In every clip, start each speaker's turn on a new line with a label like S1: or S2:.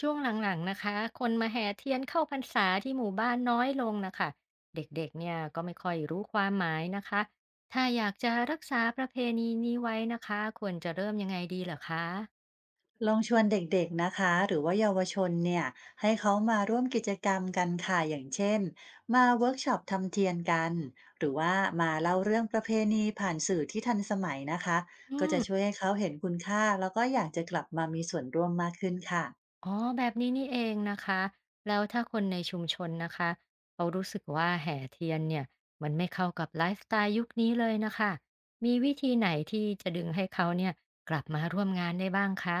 S1: ช่วงหลังๆนะคะคนมาแห่เทียนเข้าพรรษาที่หมู่บ้านน้อยลงนะคะ เด็กๆเนี่ยก็ไม่ค่อยรู้ความหมายนะคะถ้าอยากจะรักษาประเพณีนี้ไว้นะคะควรจะเริ่มยังไงดีเหรอคะ
S2: ลองชวนเด็กๆนะคะหรือว่าเยาวชนเนี่ยให้เขามาร่วมกิจกรรมกันค่ะอย่างเช่นมาเวิร์กช็อปทำเทียนกันหรือว่ามาเล่าเรื่องประเพณีผ่านสื่อที่ทันสมัยนะคะ
S1: อื
S2: ก็จะ
S1: ม
S2: ช่วยให้เขาเห็นคุณค่าแล้วก็อยากจะกลับมามีส่วนร่วมมากขึ้นค่ะ
S1: อ๋อ แบบนี้นี่เองนะคะ แล้วถ้าคนในชุมชนนะคะเขารู้สึกว่าแห่เทียนเนี่ยมันไม่เข้ากับไลฟ์สไตล์ยุคนี้เลยนะคะ มีวิธีไหนที่จะดึงให้เขาเนี่ยกลับมาร่วมงานได้บ้างคะ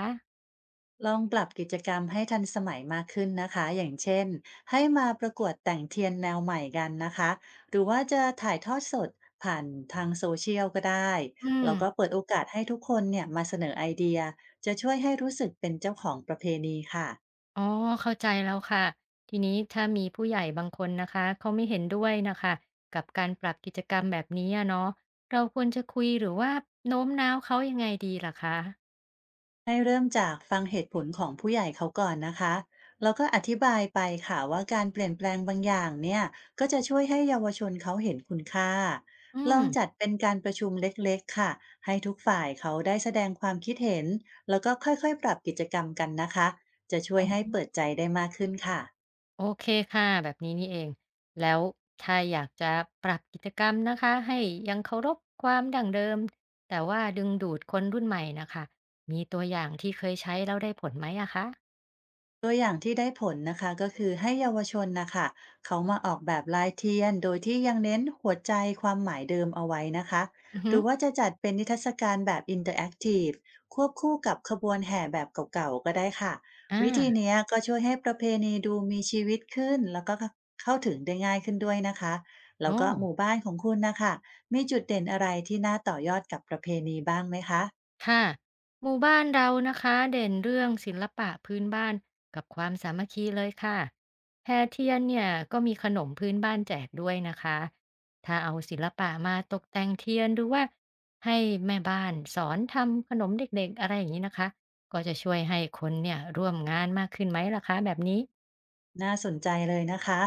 S2: ลองปรับกิจกรรมให้ทันสมัยมากขึ้นนะคะอย่างเช่นให้มาประกวดแต่งเทียนแนวใหม่กันนะคะหรือว่าจะถ่ายทอดสดผ่านทางโซเชียลก็ได้
S1: อืม
S2: แล้วก็เปิดโอกาสให้ทุกคนเนี่ยมาเสนอไอเดียจะช่วยให้รู้สึกเป็นเจ้าของประเพณีค่ะ
S1: อ๋อเข้าใจแล้วค่ะทีนี้ถ้ามีผู้ใหญ่บางคนนะคะเขาไม่เห็นด้วยนะคะกับการปรับกิจกรรมแบบนี้อะเนาะเราควรจะคุยหรือว่าโน้มน้าวเขายังไงดีล่ะคะ
S2: ให้เริ่มจากฟังเหตุผลของผู้ใหญ่เขาก่อนนะคะ แล้วก็อธิบายไปค่ะว่าการเปลี่ยนแปลงบางอย่างเนี่ยก็จะช่วยให้เยาวชนเขาเห็นคุณค่า
S1: อื
S2: ล
S1: ม
S2: องจัดเป็นการประชุมเล็กๆค่ะ ให้ทุกฝ่ายเขาได้แสดงความคิดเห็น แล้วก็ค่อยๆปรับกิจกรรมกันนะคะ จะช่
S1: อ๋
S2: วยให้
S1: อ
S2: เปิดใจได้มากขึ้นค่ะ
S1: โอเคค่ะแบบนี้นี่เองแล้วถ้าอยากจะปรับกิจกรรมนะคะให้ยังเคารพความดั้งเดิมแต่ว่าดึงดูดคนรุ่นใหม่นะคะมีตัวอย่างที่เคยใช้แล้วได้ผลไหมอะคะ
S2: ตัวอย่างที่ได้ผลนะคะก็คือให้เยาวชนนะคะเขามาออกแบบลายเทียนโดยที่ยังเน้นหัวใจความหมายเดิมเอาไว้นะคะ
S1: อือ
S2: ห
S1: ฮึ
S2: รือว่าจะจัดเป็นนิทรรศการแบบอินเตอร์แอคทีฟควบคู่กับขบวนแห่แบบเก่าๆก็ได้ค่ะ
S1: อา
S2: วิธีเนี้ยก็ช่วยให้ประเพณีดูมีชีวิตขึ้นแล้วก็เข้าถึงได้ง่ายขึ้นด้วยนะคะ
S1: โ
S2: แล้วก็หมู่
S1: อ้
S2: บ้านของคุณนะคะมีจุดเด่นอะไรที่น่าต่อยอดกับประเพณีบ้างไหมคะ
S1: ค่ะหมู่บ้านเรานะคะเด่นเรื่องศิลปะพื้นบ้านกับความสามัคคีเลยค่ะแพเทียนเนี่ยก็มีขนมพื้นบ้านแจกด้วยนะคะถ้าเอาศิลปะมาตกแต่งเทียนหรือว่าให้แม่บ้านสอนทำขนมเด็กๆอะไรอย่างนี้นะคะก็จะช่วยให้คนเนี่ยร่วมงานมากขึ้นไหมล่ะคะแบบนี้
S2: น่าสนใจเลยนะคะ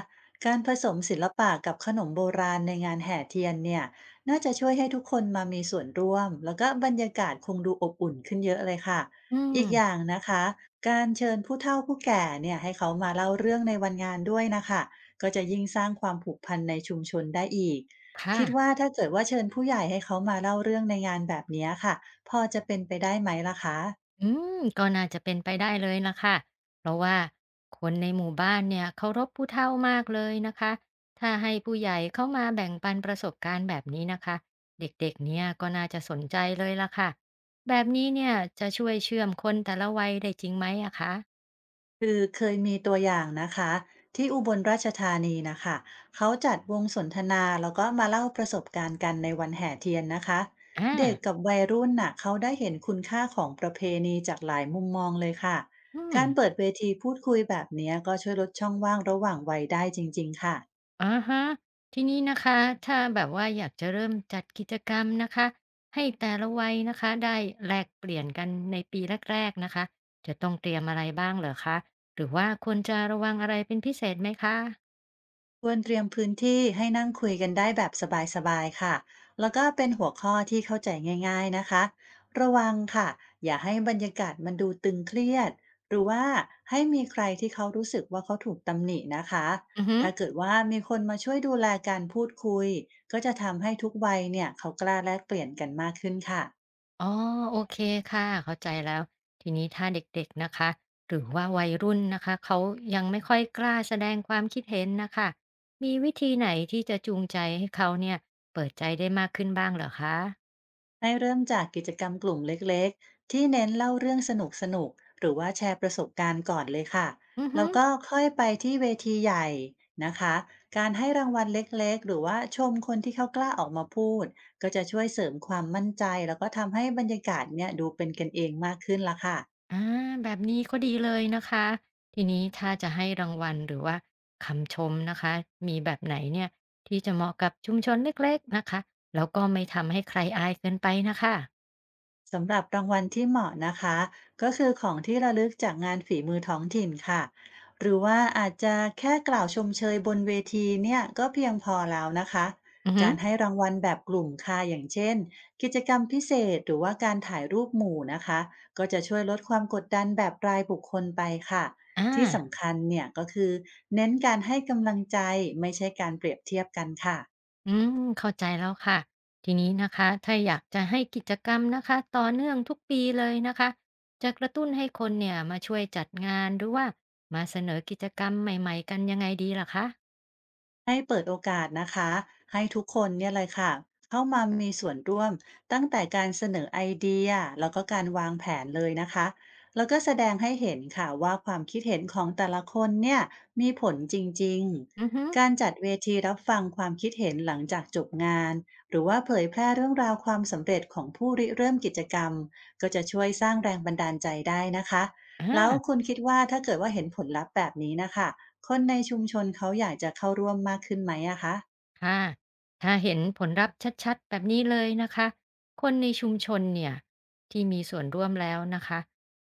S2: การผสมศิลปะกับขนมโบราณในงานแห่เทียนเนี่ยน่าจะช่วยให้ทุกคนมามีส่วนร่วมแล้วก็บรรยากาศคงดูอบอุ่นขึ้นเยอะเลยค่ะ
S1: อืม
S2: อีกอย่างนะคะการเชิญผู้เฒ่าผู้แก่เนี่ยให้เขามาเล่าเรื่องในวันงานด้วยนะคะก็จะยิ่งสร้างความผูกพันในชุมชนได้อีก
S1: ค่ะ
S2: คิดว่าถ้าเกิดว่าเชิญผู้ใหญ่ให้เขามาเล่าเรื่องในงานแบบเนี้ยค่ะพอจะเป็นไปได้ไหมล่ะคะ
S1: อืมก็น่าจะเป็นไปได้เลยล่ะค่ะเพราะว่าคนในหมู่บ้านเนี่ยเคารพผู้เฒ่ามากเลยนะคะถ้าให้ผู้ใหญ่เข้ามาแบ่งปันประสบการณ์แบบนี้นะคะเด็กๆเนี่ยก็น่าจะสนใจเลยล่ะค่ะแบบนี้เนี่ยจะช่วยเชื่อมคนแต่ละวัยได้จริงไหมอะคะ
S2: คือเคยมีตัวอย่างนะคะที่อุบลราชธานีนะคะเขาจัดวงสนทนาแล้วก็มาเล่าประสบการณ์กันในวันแห่เทียนนะคะ
S1: อ่า
S2: เด็กกับวัยรุ่นน่ะเขาได้เห็นคุณค่าของประเพณีจากหลายมุมมองเลยค่ะ
S1: อืม
S2: การเปิดเวทีพูดคุยแบบเนี้ยก็ช่วยลดช่องว่างระหว่างวัยได้จริงๆค่ะ
S1: อะฮะทีนี้นะคะถ้าแบบว่าอยากจะเริ่มจัดกิจกรรมนะคะให้แต่ละวัยนะคะได้แลกเปลี่ยนกันในปีแรกๆนะคะจะต้องเตรียมอะไรบ้างเหรอคะหรือว่าควรจะระวังอะไรเป็นพิเศษไหมคะ
S2: ควรเตรียมพื้นที่ให้นั่งคุยกันได้แบบสบายๆค่ะ แล้วก็เป็นหัวข้อที่เข้าใจง่ายๆนะคะ ระวังค่ะ อย่าให้บรรยากาศมันดูตึงเครียด หรือว่าให้มีใครที่เขารู้สึกว่าเขาถูกตำหนินะคะ
S1: อือฮึ
S2: ถ้าเกิดว่ามีคนมาช่วยดูแลการพูดคุย ก็จะทำให้ทุกวัยเนี่ยเขากล้าแลกเปลี่ยนกันมากขึ้นค่ะ
S1: อ๋อโอเคค่ะเข้าใจแล้วทีนี้ถ้าเด็กๆนะคะหรือว่าวัยรุ่นนะคะเขายังไม่ค่อยกล้าแสดงความคิดเห็นนะคะมีวิธีไหนที่จะจูงใจให้เขาเนี่ยเปิดใจได้มากขึ้นบ้างเหรอคะ
S2: ให้เริ่มจากกิจกรรมกลุ่มเล็กๆที่เน้นเล่าเรื่องสนุกๆหรือว่าแชร์ประสบการณ์ก่อนเลยค่ะ
S1: อือฮึ
S2: แล้วก็ค่อยไปที่เวทีใหญ่นะคะการให้รางวัลเล็กๆหรือว่าชมคนที่เขากล้าออกมาพูดก็จะช่วยเสริมความมั่นใจแล้วก็ทำให้บรรยากาศเนี่ยดูเป็นกันเองมากขึ้นละค่ะ
S1: อาแบบนี้ก็ดีเลยนะคะทีนี้ถ้าจะให้รางวัลหรือว่าคำชมนะคะมีแบบไหนเนี่ยที่จะเหมาะกับชุมชนเล็กๆนะคะแล้วก็ไม่ทำให้ใครอายเกินไปนะคะ
S2: สำหรับรางวัลที่เหมาะนะคะก็คือของที่ระลึกจากงานฝีมือท้องถิ่นค่ะหรือว่าอาจจะแค่กล่าวชมเชยบนเวทีเนี่ยก็เพียงพอแล้วนะคะ
S1: อือฮึ
S2: การให้รางวัลแบบกลุ่มค่ะอย่างเช่นกิจกรรมพิเศษหรือว่าการถ่ายรูปหมู่นะคะก็จะช่วยลดความกดดันแบบรายบุคคลไปค่ะ
S1: อา
S2: ที่สำคัญเนี่ยก็คือเน้นการให้กำลังใจไม่ใช่การเปรียบเทียบกันค่ะ
S1: อืมเข้าใจแล้วค่ะทีนี้นะคะถ้าอยากจะให้กิจกรรมนะคะต่อเนื่องทุกปีเลยนะคะจะกระตุ้นให้คนเนี่ยมาช่วยจัดงานหรือว่ามาเสนอกิจกรรมใหม่ๆกันยังไงดีล่ะคะ
S2: ให้เปิดโอกาสนะคะให้ทุกคนเนี่ยเลยค่ะเข้ามามีส่วนร่วมตั้งแต่การเสนอไอเดียแล้วก็การวางแผนเลยนะคะแล้วก็แสดงให้เห็นค่ะว่าความคิดเห็นของแต่ละคนเนี่ยมีผลจริง
S1: อือฮึ
S2: ๆการจัดเวทีรับฟังความคิดเห็นหลังจากจบงานหรือว่าเผยแพร่เรื่องราวความสำเร็จของผู้ริเริ่มกิจกรรมก็จะช่วยสร้างแรงบันดาลใจได้นะคะแล้ว
S1: อา
S2: คุณคิดว่าถ้าเกิดว่าเห็นผลลัพธ์แบบนี้นะคะ คนในชุมชนเขาอยากจะเข้าร่วมมากขึ้นไหมอะคะ
S1: ค่ะถ้าเห็นผลลัพธ์ชัดๆแบบนี้เลยนะคะคนในชุมชนเนี่ยที่มีส่วนร่วมแล้วนะคะ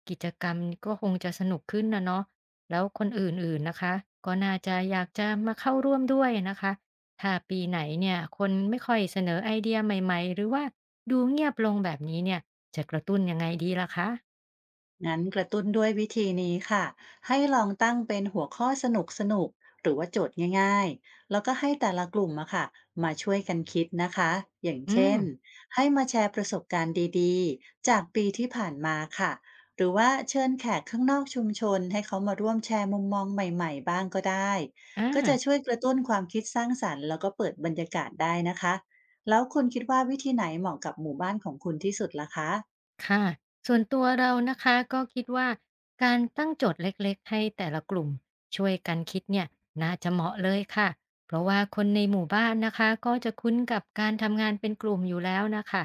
S1: กิจกรรมก็คงจะสนุกขึ้นนะเนาะแล้วคนอื่นๆนะคะก็น่าจะอยากจะมาเข้าร่วมด้วยนะคะถ้าปีไหนเนี่ยคนไม่ค่อยเสนอไอเดียใหม่ๆหรือว่าดูเงียบลงแบบนี้เนี่ยจะกระตุ้นยังไงดีล่ะคะ
S2: งั้นกระตุ้นด้วยวิธีนี้ค่ะให้ลองตั้งเป็นหัวข้อสนุกสนุกหรือว่าโจทย์ง่ายๆแล้วก็ให้แต่ละกลุ่มอะค่ะมาช่วยกันคิดนะคะอย่าง
S1: อื
S2: เช่
S1: ม
S2: นให้มาแชร์ประสบการณ์ดีๆจากปีที่ผ่านมาค่ะหรือว่าเชิญแขกข้างนอกชุมชนให้เขามาร่วมแชร์มุมมองใหม่ๆบ้างก็ได้
S1: อ่า
S2: ก็จะช่วยกระตุ้นความคิดสร้างสรรค์แล้วก็เปิดบรรยากาศได้นะคะแล้วคุณคิดว่าวิธีไหนเหมาะกับหมู่บ้านของคุณที่สุดล่ะคะ
S1: ค่ะส่วนตัวเรานะคะก็คิดว่าการตั้งโจทย์เล็กๆให้แต่ละกลุ่มช่วยกันคิดเนี่ยน่าจะเหมาะเลยค่ะเพราะว่าคนในหมู่บ้านนะคะก็จะคุ้นกับการทำงานเป็นกลุ่มอยู่แล้วนะคะ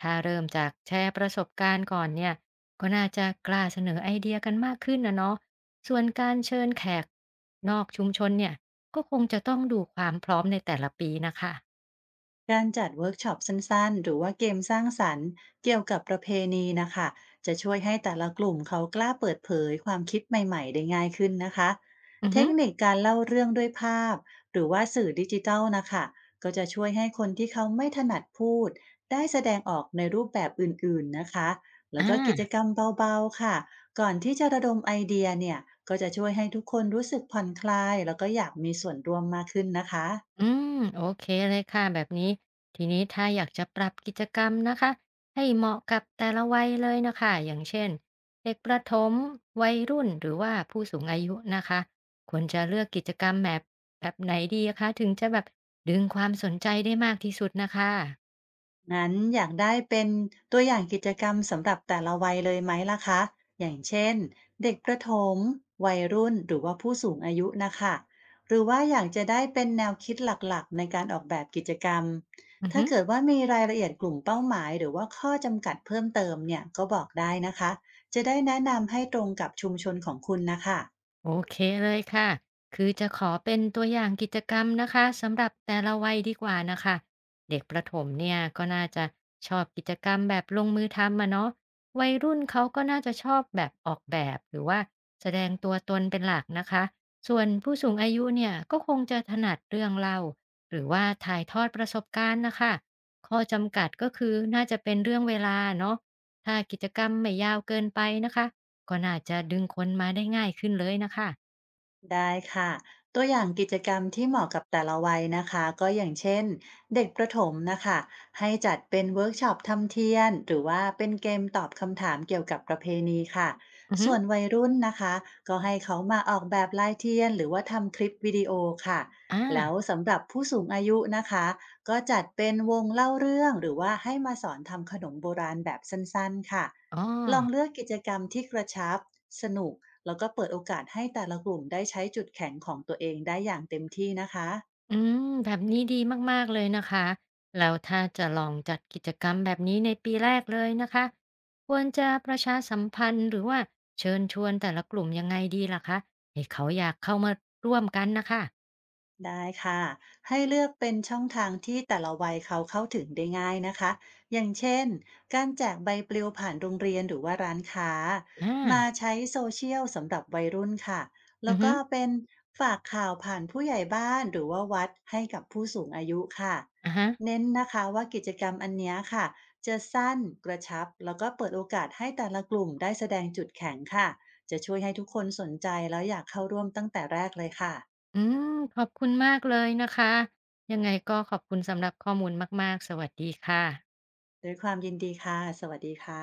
S1: ถ้าเริ่มจากแชร์ประสบการณ์ก่อนเนี่ยก็น่าจะกล้าเสนอไอเดียกันมากขึ้นนะเนาะส่วนการเชิญแขกนอกชุมชนเนี่ยก็คงจะต้องดูความพร้อมในแต่ละปีนะคะ
S2: การจัดเวิร์กช็อปสั้นๆ หรือว่าเกมสร้างสรรค์เกี่ยวกับประเพณีนะคะจะช่วยให้แต่ละกลุ่มเขากล้าเปิดเผยความคิดใหม่ๆได้ง่ายขึ้นนะคะ
S1: อือ
S2: เท
S1: ฮึ
S2: คนิคการเล่าเรื่องด้วยภาพหรือว่าสื่อดิจิทัลนะคะก็จะช่วยให้คนที่เขาไม่ถนัดพูดได้แสดงออกในรูปแบบอื่นๆนะคะแล้
S1: อ่
S2: วก็กิจ
S1: า
S2: กรรมเบาๆ ค่ะ ก่อนที่จะระดมไอเดียเนี่ยก็จะช่วยให้ทุกคนรู้สึกผ่อนคลายแล้วก็อยากมีส่วนร่วมมากขึ้นนะคะ
S1: อืมโอเคเลยค่ะแบบนี้ทีนี้ถ้าอยากจะปรับกิจกรรมนะคะให้เหมาะกับแต่ละวัยเลยนะคะอย่างเช่นเด็กประถมวัยรุ่นหรือว่าผู้สูงอายุนะคะควรจะเลือกกิจกรรมแบบไหนดีะคะถึงจะแบบดึงความสนใจได้มากที่สุดนะคะ
S2: งั้นอยากได้เป็นตัวอย่างกิจกรรมสำหรับแต่ละวัยเลยไหมล่ะคะอย่างเช่นเด็กประถมวัยรุ่นหรือว่าผู้สูงอายุนะคะหรือว่าอยากจะได้เป็นแนวคิดหลักๆในการออกแบบกิจกรรม
S1: อือ
S2: ถ้า
S1: ฮึ
S2: เกิดว่ามีรายละเอียดกลุ่มเป้าหมายหรือว่าข้อจำกัดเพิ่มเติมเนี่ยก็บอกได้นะคะจะได้แนะนำให้ตรงกับชุมชนของคุณนะคะ
S1: โอเคเลยค่ะ คือจะขอเป็นตัวอย่างกิจกรรมนะคะสำหรับแต่ละวัยดีกว่านะคะเด็กประถมเนี่ยก็น่าจะชอบกิจกรรมแบบลงมือทำมาเนาะวัยรุ่นเขาก็น่าจะชอบแบบออกแบบหรือว่าแสดงตัวตนเป็นหลักนะคะส่วนผู้สูงอายุเนี่ยก็คงจะถนัดเรื่องเล่าหรือว่าถ่ายทอดประสบการณ์นะคะข้อจำกัดก็คือน่าจะเป็นเรื่องเวลาเนาะถ้ากิจกรรมไม่ยาวเกินไปนะคะ ก็น่าจะดึงคนมาได้ง่ายขึ้นเลยน่ะคะ
S2: ได้ค่ะตัวอย่างกิจกรรมที่เหมาะกับแต่ละวัยนะคะก็อย่างเช่นเด็กประถมนะคะให้จัดเป็นเวิร์กช็อปทำเทียนหรือว่าเป็นเกมตอบคำถามเกี่ยวกับประเพณีค่ะ
S1: อือฮึ
S2: ส่วนวัยรุ่นนะคะก็ให้เขามาออกแบบลายเทียนหรือว่าทำคลิปวิดีโอค่ะ
S1: อา
S2: แล้วสำหรับผู้สูงอายุนะคะก็จัดเป็นวงเล่าเรื่องหรือว่าให้มาสอนทำขนมโบราณแบบสั้นๆค่ะ
S1: อ๋อ
S2: ลองเลือกกิจกรรมที่กระชับสนุก แล้วก็เปิดโอกาสให้แต่ละกลุ่มได้ใช้จุดแข็งของตัวเองได้อย่างเต็มที่นะคะ
S1: อืมแบบนี้ดีมากๆเลยนะคะแล้วถ้าจะลองจัดกิจกรรมแบบนี้ในปีแรกเลยนะคะควรจะประชาสัมพันธ์หรือว่าเชิญชวนแต่ละกลุ่มยังไงดีล่ะคะให้เขาอยากเข้ามาร่วมกันนะคะ
S2: ได้ค่ะให้เลือกเป็นช่องทางที่แต่ละวัยเขาเข้าถึงได้ง่ายนะคะอย่างเช่นการแจกใบปลิวผ่านโรงเรียนหรือว่าร้านค้า
S1: อา
S2: มาใช้โซเชียลสำหรับวัยรุ่นค่ะ
S1: อื
S2: แล้
S1: อ
S2: ว
S1: ฮึ
S2: ก็เป็นฝากข่าวผ่านผู้ใหญ่บ้านหรือว่าวัดให้กับผู้สูงอายุค่ะ
S1: อะฮะ
S2: เน้นนะคะว่ากิจกรรมอันเนี้ยค่ะจะสั้นกระชับแล้วก็เปิดโอกาสให้แต่ละกลุ่มได้แสดงจุดแข็งค่ะจะช่วยให้ทุกคนสนใจแล้วอยากเข้าร่วมตั้งแต่แรกเลยค่ะ
S1: อืมขอบคุณมากเลยนะคะยังไงก็ขอบคุณสำหรับข้อมูลมากๆสวัสดีค่ะ
S2: ด้วยความยินดีค่ะ สวัสดีค่ะ